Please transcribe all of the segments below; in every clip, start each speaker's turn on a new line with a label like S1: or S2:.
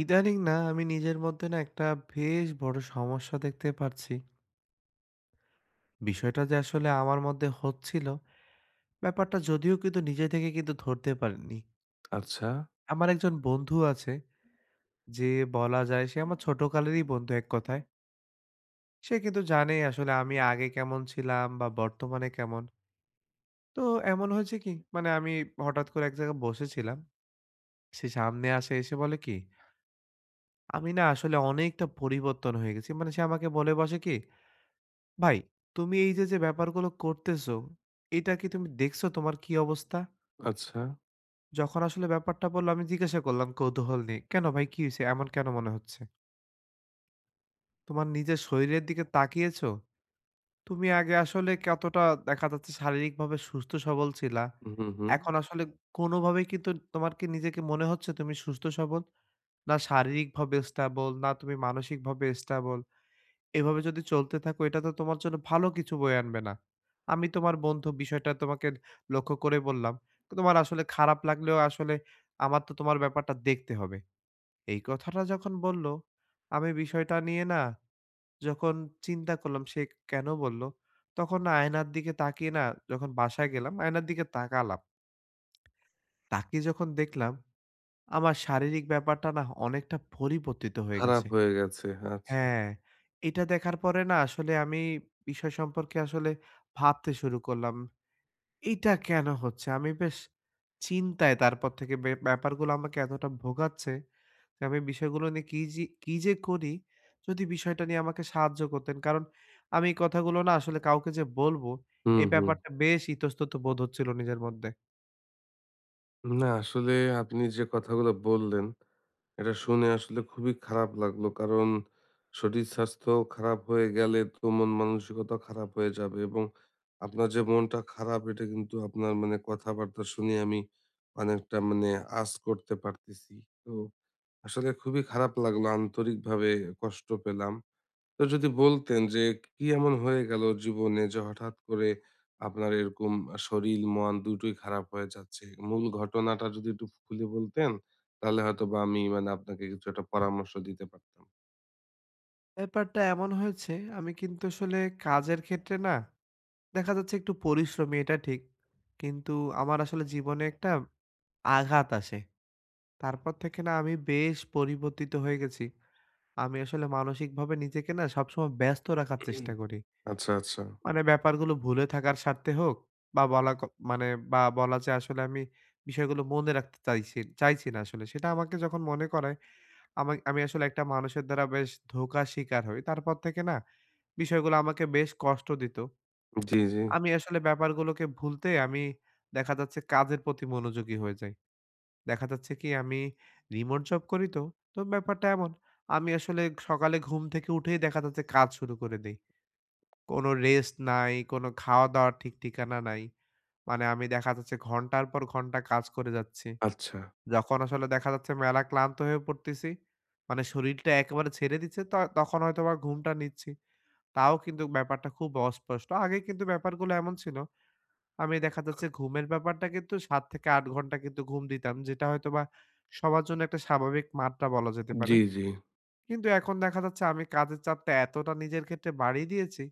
S1: ইদানিং না আমি নিজের মধ্যে না একটা বেশ বড় সমস্যা দেখতে পারছি। বিষয়টা যে আসলে আমার মধ্যে হচ্ছিল, ব্যাপারটা যদিও কিন্তু নিজে থেকে কিন্তু ধরতে পারিনি।
S2: আচ্ছা,
S1: আমার একজন বন্ধু আছে যে বলা যায় সে আমার ছোটকালেরই বন্ধু এক কথায়। সে কিন্তু জানে আসলে আমি আগে কেমন ছিলাম বা বর্তমানে কেমন। তো এমন হয়েছে কি মানে আমি হঠাৎ করে এক জায়গায় বসেছিলাম। সে সামনে আসে এসে বলে কি, "আমি না আসলে অনেকটা পরিবর্তন হয়ে গেছি।" মানে সে আমাকে বলে বসে কি ভাই, তুমি এই যে, ব্যাপারগুলো করতেছো, এটা কি তুমি দেখছো তোমার কি অবস্থা?
S2: আচ্ছা।
S1: যখন আসলে ব্যাপারটা বলল আমি জিজ্ঞাসা করলাম কৌতূহল নিয়ে, "কেন ভাই কি হইছে? এমন কেন মনে হচ্ছে?" তোমার নিজের শরীরের দিকে তাকিয়েছো? তুমি আগে আসলে কতটা দেখা যাচ্ছে শারীরিকভাবে সুস্থ সবল ছিলা।
S2: হুম, হুম।
S1: এখন আসলে কোনোভাবেই কিন্তু তোমার কি নিজেকে মনে হচ্ছে তুমি সুস্থ সবল? না শারীরিকভাবে স্টেবল, না তুমি মানসিকভাবে স্টেবল। এভাবে যদি চলতে থাকো এটা তো তোমার জন্য ভালো কিছু বয়ে আনবে না। আমি তোমার বন্ধু বিষয়টা তোমাকে লক্ষ্য করে বললাম। তোমার আসলে খারাপ লাগলেও আসলে আমার তো তোমার ব্যাপারটা দেখতে হবে। এই কথাটা যখন বলল, আমি বিষয়টা নিয়ে না যখন চিন্তা করলাম সে কেন বলল, তখন না আয়নার দিকে তাকিয়ে না যখন বাসায় গেলাম, আয়নার দিকে তাকালাম। তাকিয়ে যখন দেখলাম আমার শারীরিক ব্যাপারটা না অনেকটা পরিবর্তিত হয়ে
S2: খারাপ
S1: গেছে।
S2: হয়ে গেছে। আচ্ছা।
S1: হ্যাঁ, এটা দেখার পরে না আসলে আমি বিষয় সম্পর্কে আসলে ভাবতে শুরু করলাম। এইটা কেন হচ্ছে? আমি বেশ চিন্তায় তারপর থেকে ব্যাপারগুলো আমাকে এতটা ভোগাচ্ছে যে আমি বিষয়গুলো নিয়ে কি যে করি? যদি বিষয়টা নিয়ে আমাকে সাহায্য করতেন। কারণ আমি এই কথাগুলো না আসলে কাউকে যে বলবো,
S2: হুম,
S1: এই
S2: হুম।
S1: ব্যাপারটা বেশ ইতস্তত বোধ হচ্ছিল নিজের মধ্যে।
S2: না আসলে আপনি যে কথাগুলো বললেন, এটা শুনে আসলে খুবই খারাপ লাগলো। কারণ শরীর স্বাস্থ্য খারাপ হয়ে গেলে তো মন মানসিকতা খারাপ হয়ে যাবে, এবং আপনার যে মনটা খারাপ এটা কিন্তু আপনার মানে কথাবার্তা শুনে আমি অনেকটা মানে আঁচ করতে পারতেছি। তো আসলে খুবই খারাপ লাগলো। আন্তরিকভাবে কষ্ট পেলাম। তো যদি বলতেন যে কি এমন হয়ে গেল জীবনে যে হঠাৎ করে আপনার এরকম শরীর মন দুটোই খারাপ হয়ে যাচ্ছে। মূল ঘটনাটা যদি একটু খুলে বলতেন, তাহলে হয়তোবা আমি মানে আপনাকে কিছু একটা পরামর্শ দিতে পারতাম।
S1: ব্যাপারটা এমন হয়েছে আমি কিন্তু আসলে কাজের ক্ষেত্রে না দেখা যাচ্ছে একটু পরিশ্রমী এটা ঠিক। কিন্তু আমার আসলে জীবনে একটা আঘাত আসে। তারপর থেকে না আমি বেশ পরিবর্তিত হয়ে গেছি। আমি আসলে মানসিকভাবে নিজেকে না সবসময় ব্যস্ত রাখার চেষ্টা করি।
S2: আচ্ছা, আচ্ছা।
S1: মানে ব্যাপারগুলো ভুলে থাকার স্বার্থে হোক বা বলা ক মানে বা বলা যে আসলে আমি বিষয়গুলো মনে রাখতে চাইছি চাইছি না আসলে। সেটা আমাকে যখন মনে করায় আমি আসলে একটা মানুষের দ্বারা বেশ ধোঁকার শিকার হই। তারপর থেকে না বিষয়গুলো আমাকে বেশ কষ্ট দিত।
S2: জি, জি।
S1: আমি আসলে ব্যাপারগুলোকে ভুলতে দেখা যাচ্ছে কাজের প্রতি মনোযোগী হয়ে যাই। দেখা যাচ্ছে কি আমি রিমোট জব করি তো, তো ব্যাপারটা এমন। আমি আসলে সকালে ঘুম থেকে উঠেই দেখা যাচ্ছে কাজ শুরু করে দেই। কোনো রেস্ট নাই, কোনো খাওয়া-দাওয়ার ঠিক ঠিকানা নাই। মানে আমি দেখা যাচ্ছে ঘন্টার পর ঘন্টা কাজ করে যাচ্ছি।
S2: আচ্ছা।
S1: যখন আসলে দেখা যাচ্ছে মেলা ক্লান্ত হয়ে পড়তেছি, মানে শরীরটা একেবারে ছেড়ে দিচ্ছে তখন হয়তোবা ঘুমটা নিচ্ছি। তাও কিন্তু ব্যাপারটা খুব অস্পষ্ট। আগে কিন্তু ব্যাপারগুলো এমন ছিল আমি দেখা যাচ্ছে ঘুমের ব্যাপারটা কিন্তু ৭ থেকে ৮ ঘন্টা কিন্তু ঘুম দিতাম। যেটা হয়তোবা সবার জন্য একটা স্বাভাবিক মাত্রা বলা যেতে পারে।
S2: জি, জি।
S1: কিন্তু এখন দেখা যাচ্ছে আমি কাজের চাপটা এতটা নিজের ক্ষেত্রে বাড়িয়ে দিয়েছি,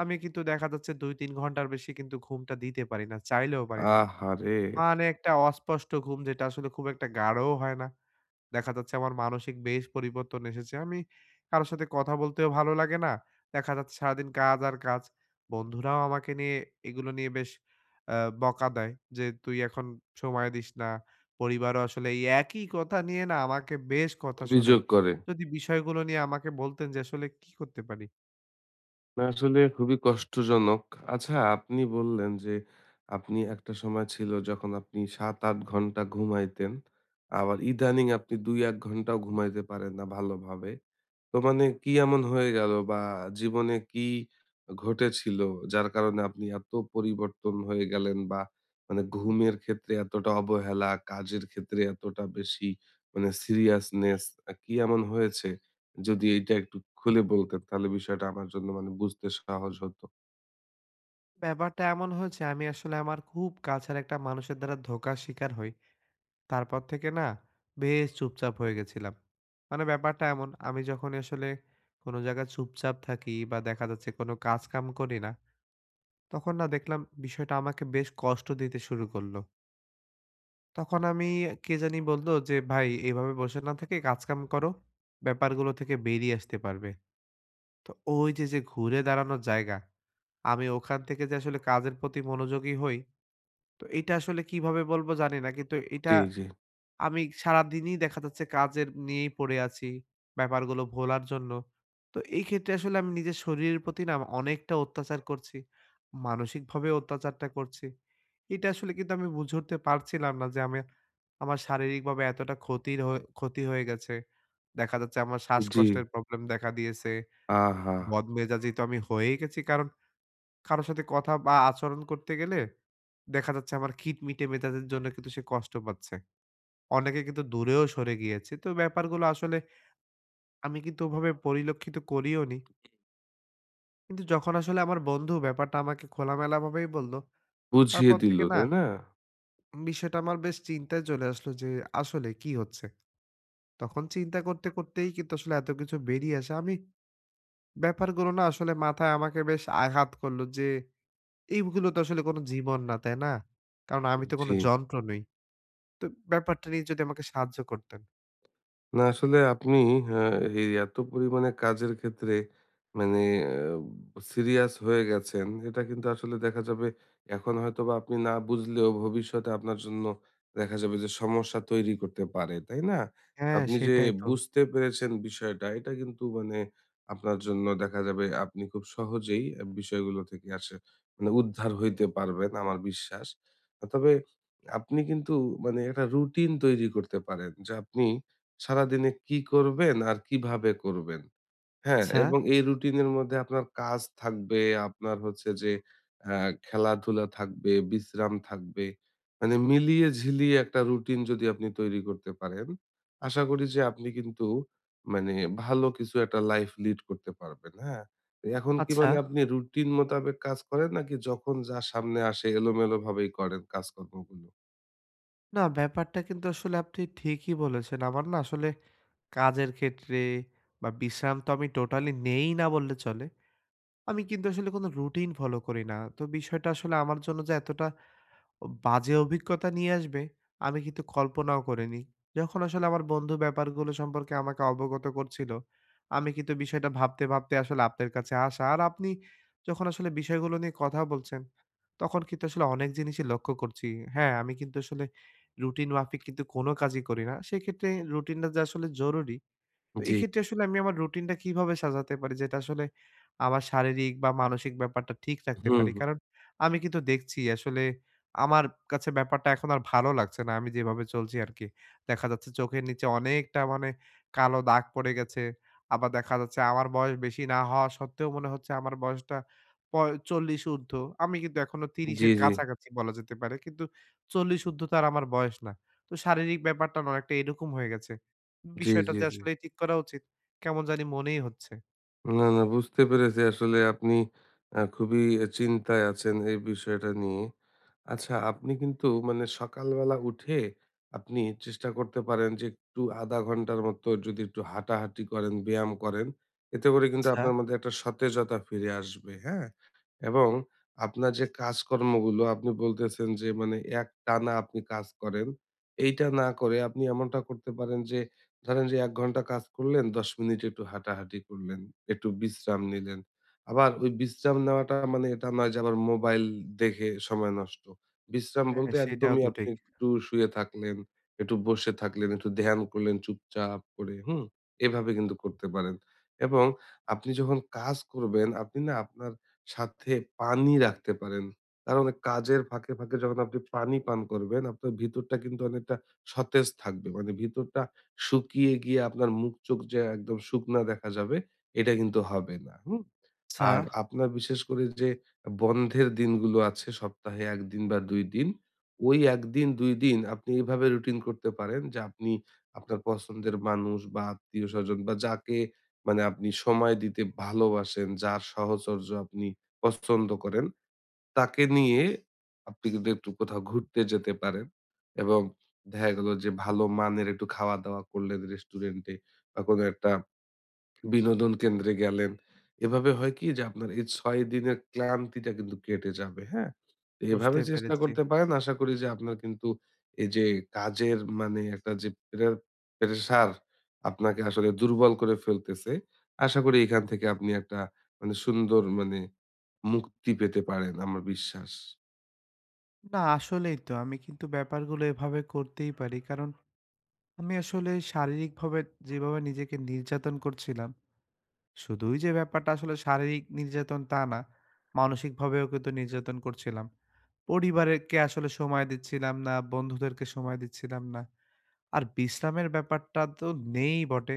S1: আমি কিন্তু দেখা যাচ্ছে ২-৩ ঘন্টার বেশি কিন্তু ঘুমটা দিতে পারি না। চাইলেও পারি না।
S2: আহারে!
S1: মানে একটা অস্পষ্ট ঘুম যেটা আসলে খুব একটা গাঢ়ও হয় না। দেখা যাচ্ছে আমার মানসিক বেশ পরিবর্তন এসেছে। আমি কারো সাথে কথা বলতেও ভালো লাগে না। দেখা যাচ্ছে সারাদিন কাজ আর কাজ। বন্ধুরাও আমাকে নিয়ে এগুলো নিয়ে বেশ আ বকা দেয় যে, "তুই এখন সময় দিস না।" পরিবারও আসলে এই একই কথা নিয়ে না আমাকে বেশ কথা
S2: অভিযোগ
S1: শোনায়।
S2: করে।
S1: যদি বিষয়গুলো নিয়ে আমাকে বলতেন যে আসলে কি করতে পারি?
S2: না, আসলে খুবই কষ্টজনক। আচ্ছা আপনি বললেন যে আপনি একটা সময় ছিল যখন আপনি ৭-৮ ঘন্টা ঘুমাইতেন। আবার ইদানিং আপনি ২-১ ঘন্টাও ঘুমাইতে পারেন না ভালোভাবে। তো মানে কি এমন হয়ে গেল বা জীবনে কি ঘটেছিল যার কারণে আপনি এত পরিবর্তন হয়ে গেলেন, বা মানে ঘুমের ক্ষেত্রে এতটা অবহেলা, কাজের ক্ষেত্রে এতটা বেশি মানে সিরিয়াসনেস কি এমন হয়েছে? যদি এইটা একটু খুলে বলতেন তাহলে বিষয়টা আমার জন্য মানে বুঝতে সহজ হতো।
S1: ব্যাপারটা এমন হয়েছে আমি আসলে আমার খুব কাছের একটা মানুষের দ্বারা ধোঁকার শিকার হই। তারপর থেকে না বেশ চুপচাপ হয়ে গেছিলাম। মানে ব্যাপারটা এমন, আমি যখন আসলে কোনো জায়গায় চুপচাপ থাকি বা দেখা যাচ্ছে কোনো কাজ-কাম করি না, তখন না দেখলাম বিষয়টা আমাকে বেশ কষ্ট দিতে শুরু করলো। তখন আমি কে জানি বলল যে, "ভাই এভাবে বসে না থেকে কাজ-কাম করো, ব্যাপারগুলো থেকে বেরিয়ে আসতে পারবে।" তো ওই যে ঘুরে দাঁড়ানোর জায়গা, আমি ওখান থেকে যে আসলে কাজের প্রতি মনোযোগী হই, তো এটা আসলে কিভাবে বলবো জানি না। কিন্তু
S2: জি,
S1: এটা
S2: জি,
S1: আমি সারাদিনই দেখা যাচ্ছে কাজের নিয়েই পড়ে আছি, ব্যাপারগুলো ভোলার জন্য। তো এই ক্ষেত্রে আসলে আমি নিজের শরীরের প্রতি না অনেকটা অত্যাচার করছি। মানসিকভাবে অত্যাচারটা করছি। এটা আসলে কিন্তু আমি বুঝে উঠতে পারছিলাম না যে আমি আমার শারীরিকভাবে এতটা ক্ষতি হয়ে গেছে। দেখা যাচ্ছে আমার
S2: জি।
S1: শ্বাসকষ্টের প্রবলেম দেখা দিয়েছে।
S2: আহা!
S1: বদমেজাজি তো আমি হয়েই গেছি কারণ কারো সাথে কথা বা আচরণ করতে গেলে দেখা যাচ্ছে আমার খিটমিটে মেজাজের জন্য কিন্তু সে কষ্ট পাচ্ছে। অনেকে কিন্তু দূরেও সরে গিয়েছে। তো ব্যাপারগুলো আসলে আমি কিন্তু ওভাবে পরিলক্ষিত করিওনি। কিন্তু যখন আসলে আমার বন্ধু ব্যাপারটা আমাকে খোলামেলাভাবেই বলল,
S2: বুঝিয়ে
S1: তারপর
S2: দিল,
S1: থেকে না
S2: তাই না?
S1: বিষয়টা আমার বেশ চিন্তায় চলে আসলো যে আসলে কি হচ্ছে? তখন চিন্তা করতে করতেই কিন্তু আসলে এত কিছু বেরিয়ে আসে। আমি ব্যাপারগুলো না আসলে মাথায় আমাকে বেশ আঘাত করলো যে এইগুলো তো আসলে কোনো জীবন না, তাই না? কারণ আমি তো কোনো
S2: জি।
S1: যন্ত্র নই। তো ব্যাপারটা নিয়ে যদি আমাকে সাহায্য করতেন।
S2: না আসলে আপনি আ এই এত পরিমাণে কাজের ক্ষেত্রে মানে সিরিয়াস হয়ে গেছেন। এটা কিন্তু আসলে দেখা যাবে এখন হয়তোবা আপনি না বুঝলেও ভবিষ্যতে আপনার জন্য দেখা যাবে যে সমস্যা তৈরি করতে পারে, তাই না?
S1: হ্যাঁ,
S2: আপনি যে
S1: সেটাই তো।
S2: বুঝতে পেরেছেন বিষয়টা এটা কিন্তু মানে আপনার জন্য দেখা যাবে আপনি খুব সহজেই বিষয়গুলো থেকে আসে মানে উদ্ধার হইতে পারবেন আমার বিশ্বাস। তবে আপনি কিন্তু মানে একটা রুটিন তৈরি করতে পারেন যে আপনি সারাদিনে কি করবেন আর কিভাবে করবেন। হ্যাঁ?
S1: আচ্ছা,
S2: এবং এই রুটিনের মধ্যে আপনার কাজ থাকবে, আপনার হচ্ছে যে অ্যা খেলাধুলা থাকবে, বিশ্রাম থাকবে। মানে মিলিয়ে ঝিলিয়ে একটা রুটিন যদি আপনি তৈরি করতে পারেন, আশা করি যে আপনি কিন্তু মানে ভালো কিছু একটা লাইফ লিড করতে পারবেন। হ্যাঁ? তো এখন কি
S1: আচ্ছা।
S2: মানে আপনি রুটিন মোতাবেক কাজ করেন নাকি যখন যা সামনে আসে এলোমেলোভাবেই করেন কাজকর্মগুলো?
S1: না, ব্যাপারটা কিন্তু আসলে আপনি ঠিকই বলেছেন। আমার না আসলে কাজের ক্ষেত্রে বা বিশ্রাম তো আমি টোটালি নেই না বললে চলে। আমি কিন্তু আসলে কোনো রুটিন ফলো করি না। তো বিষয়টা আসলে আমার জন্য যে এতটা বাজে অভিজ্ঞতা নিয়ে আসবে, আমি কিন্তু কল্পনাও করিনি। যখন আসলে আমার বন্ধু ব্যাপারগুলো সম্পর্কে আমাকে অবগত করছিল, আমি কিন্তু বিষয়টা ভাবতে আসলে আপনার কাছে আসা। আর আপনি যখন আসলে বিষয়গুলো নিয়ে কথা বলছেন, তখন কিন্তু আসলে অনেক জিনিসই লক্ষ্য করছি। হ্যাঁ, আমি কিন্তু আসলে রুটিন মাফিক কিন্তু কোনো কাজই করি না। সেক্ষেত্রে রুটিনটা যে আসলে জরুরি তো
S2: জি।
S1: এই ক্ষেত্রে আসলে আমি আমার রুটিনটা কিভাবে সাজাতে পারি যেটা আসলে আমার শারীরিক বা মানসিক ব্যাপারটা ঠিক রাখতে
S2: হুম,
S1: পারি?
S2: হুম।
S1: কারণ আমি কিন্তু দেখছি আসলে আমার কাছে ব্যাপারটা এখন আর ভালো লাগছে না। আমি যেভাবে চলছি আরকি। দেখা যাচ্ছে চোখের নিচে অনেকটা মানে কালো দাগ পড়ে গেছে। আবার দেখা যাচ্ছে আমার বয়স বেশি না হওয়া সত্ত্বেও মনে হচ্ছে আমার বয়সটা প ৪০ ঊর্ধ্ব। আমি কিন্তু এখনো ৩০
S2: জি,
S1: এর
S2: জি।
S1: কাছাকাছি বলা যেতে পারে। কিন্তু ৪০ ঊর্ধ্ব তো আর আমার বয়স না। তো শারীরিক ব্যাপারটা না অনেকটা এরকম হয়ে গেছে।
S2: জি,
S1: বিষয়টা
S2: জি,
S1: যে
S2: জি।
S1: আসলেই ঠিক করা উচিত, কেমন জানি মনেই হচ্ছে।
S2: না, না, বুঝতে পেরেছি আসলে আপনি খুবই চিন্তায় আছেন এই বিষয়টা নিয়ে। আচ্ছা আপনি কিন্তু মানে সকালবেলা উঠে আপনি চেষ্টা করতে পারেন যে একটু আধা ঘন্টার মতো যদি একটু হাঁটাহাঁটি করেন, ব্যায়াম করেন, এতে করে কিন্তু
S1: আচ্ছা।
S2: আপনার মধ্যে একটা সতেজতা ফিরে আসবে। হ্যাঁ, এবং আপনার যে কাজকর্মগুলো আপনি বলতেছেন যে মানে এক টানা আপনি কাজ করেন, এইটা না করে আপনি এমনটা করতে পারেন যে ধরেন যে এক ঘন্টা কাজ করলেন, ১০ মিনিট একটু হাঁটাহাঁটি করলেন, একটু বিশ্রাম নিলেন। আবার ওই বিশ্রাম নেওয়াটা মানে এটা নয় যে আবার মোবাইল দেখে সময় নষ্ট। বিশ্রাম
S1: হ্যাঁ,
S2: বলতে
S1: সেটাও
S2: একদমই
S1: তো
S2: আপনি
S1: ঠিক।
S2: একটু শুয়ে থাকলেন, একটু বসে থাকলেন, একটু ধ্যান করলেন চুপচাপ করে, হুম? এভাবে কিন্তু করতে পারেন। এবং আপনি যখন কাজ করবেন, আপনি না আপনার সাথে পানি রাখতে পারেন। কারণ কাজের ফাঁকে, ফাঁকে যখন আপনি পানি পান করবেন, আপনার ভিতরটা কিন্তু অনেকটা সতেজ থাকবে। মানে ভিতরটা শুকিয়ে গিয়ে আপনার মুখ-চোখ যে একদম শুকনা দেখা যাবে, এটা কিন্তু হবে না, হুম?
S1: আচ্ছা।
S2: আর আপনার বিশেষ করে যে বন্ধের দিনগুলো আছে সপ্তাহে ১ দিন বা ২ দিন। ওই ১ দিন ২ দিন আপনি এভাবে রুটিন করতে পারেন যে আপনি আপনার পছন্দের মানুষ বা আত্মীয়স্বজন বা যাকে মানে আপনি সময় দিতে ভালোবাসেন, যার সাহচর্য আপনি পছন্দ করেন, তাকে নিয়ে আপনি কিন্তু একটু কোথাও ঘুরতে যেতে পারেন, এবং দেখা গেল যে ভালো মানের একটু খাওয়া-দাওয়া করলেন রেস্টুরেন্টে বা কোনো একটা বিনোদন কেন্দ্রে গেলেন। এভাবে হয় কি যে আপনার এই ৬ দিনের ক্লান্তিটা কিন্তু কেটে যাবে, হ্যাঁ? তো এভাবে
S1: বুঝতে
S2: চেষ্টা
S1: পেরেছি।
S2: করতে পারেন। আশা করি যে আপনার কিন্তু এই যে কাজের মানে একটা যে প্রেশার আপনাকে আসলে দুর্বল করে ফেলতেছে, আশা করি এখান থেকে আপনি একটা মানে সুন্দর মানে মুক্তি পেতে পারেন আমার বিশ্বাস।
S1: না, আসলেই তো। আমি কিন্তু ব্যাপারগুলো এভাবে করতেই পারি। কারণ আমি আসলে শারীরিকভাবে যেভাবে নিজেকে নির্যাতন করছিলাম, শুধুই যে ব্যাপারটা আসলে শারীরিক নির্যাতন তা না, মানসিকভাবেও কিন্তু নির্যাতন করছিলাম। পরিবারকে আসলে সময় দিচ্ছিলাম না, বন্ধুদেরকে সময় দিচ্ছিলাম না। আর বিশ্রামের ব্যাপারটা তো নেই বটে।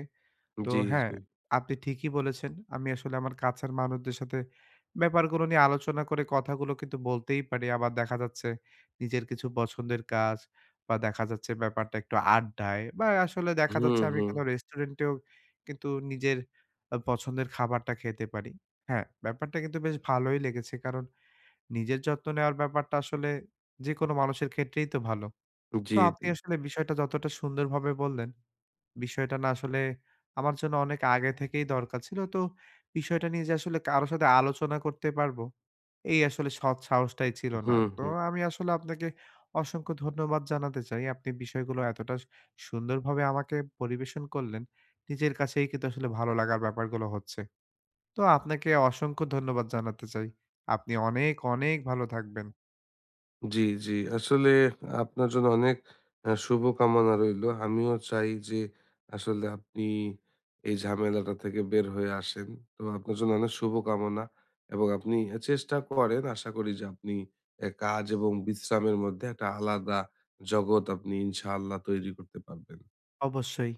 S1: তো
S2: জি,
S1: হ্যাঁ,
S2: জি।
S1: আপনি ঠিকই বলেছেন। আমি আসলে আমার কাছের মানুষদের সাথে ব্যাপারগুলো নিয়ে আলোচনা করে কথাগুলো কিন্তু বলতেই পারি। আবার দেখা যাচ্ছে নিজের কিছু পছন্দের কাজ বা দেখা যাচ্ছে ব্যাপারটা একটু আড্ডায় বা আসলে দেখা
S2: হুম,
S1: যাচ্ছে আমি
S2: হুম।
S1: কোনো রেস্টুরেন্টেও কিন্তু নিজের পছন্দের খাবারটা খেতে পারি। হ্যাঁ, ব্যাপারটা কিন্তু বেশ ভালোই লেগেছে। কারণ নিজের যত্ন নেওয়ার ব্যাপারটা আসলে যেকোনো মানুষের ক্ষেত্রেই তো ভালো।
S2: জি,
S1: তো আপনি
S2: জি।
S1: আসলে বিষয়টা যতটা সুন্দরভাবে বললেন বিষয়টা না আসলে আমার জন্য অনেক আগে থেকেই দরকার ছিল। তো বিষয়টা নিয়ে যে আসলে কারো সাথে আলোচনা করতে পারবো, এই আসলে সৎ সাহসটাই ছিল না।
S2: হুম,
S1: তো
S2: হুম।
S1: আমি আসলে আপনাকে অসংখ্য ধন্যবাদ জানাতে চাই। আপনি বিষয়গুলো এতটা সুন্দরভাবে আমাকে পরিবেশন করলেন, নিজের কাছেই কিন্তু আসলে ভালো লাগার ব্যাপারগুলো হচ্ছে। তো আপনাকে অসংখ্য ধন্যবাদ জানাতে চাই। আপনি অনেক ভালো থাকবেন।
S2: জি, জি। আসলে আপনার জন্য অনেক শুভকামনা রইলো। আমিও চাই যে আসলে আপনি এই ঝামেলাটা থেকে বের হয়ে আসেন। তো আপনার জন্য অনেক শুভকামনা, এবং আপনি চেষ্টা করেন। আশা করি যে আপনি এ কাজ এবং বিশ্রামের মধ্যে একটা আলাদা জগৎ আপনি ইনশাআল্লাহ তৈরি করতে পারবেন।
S1: অবশ্যই।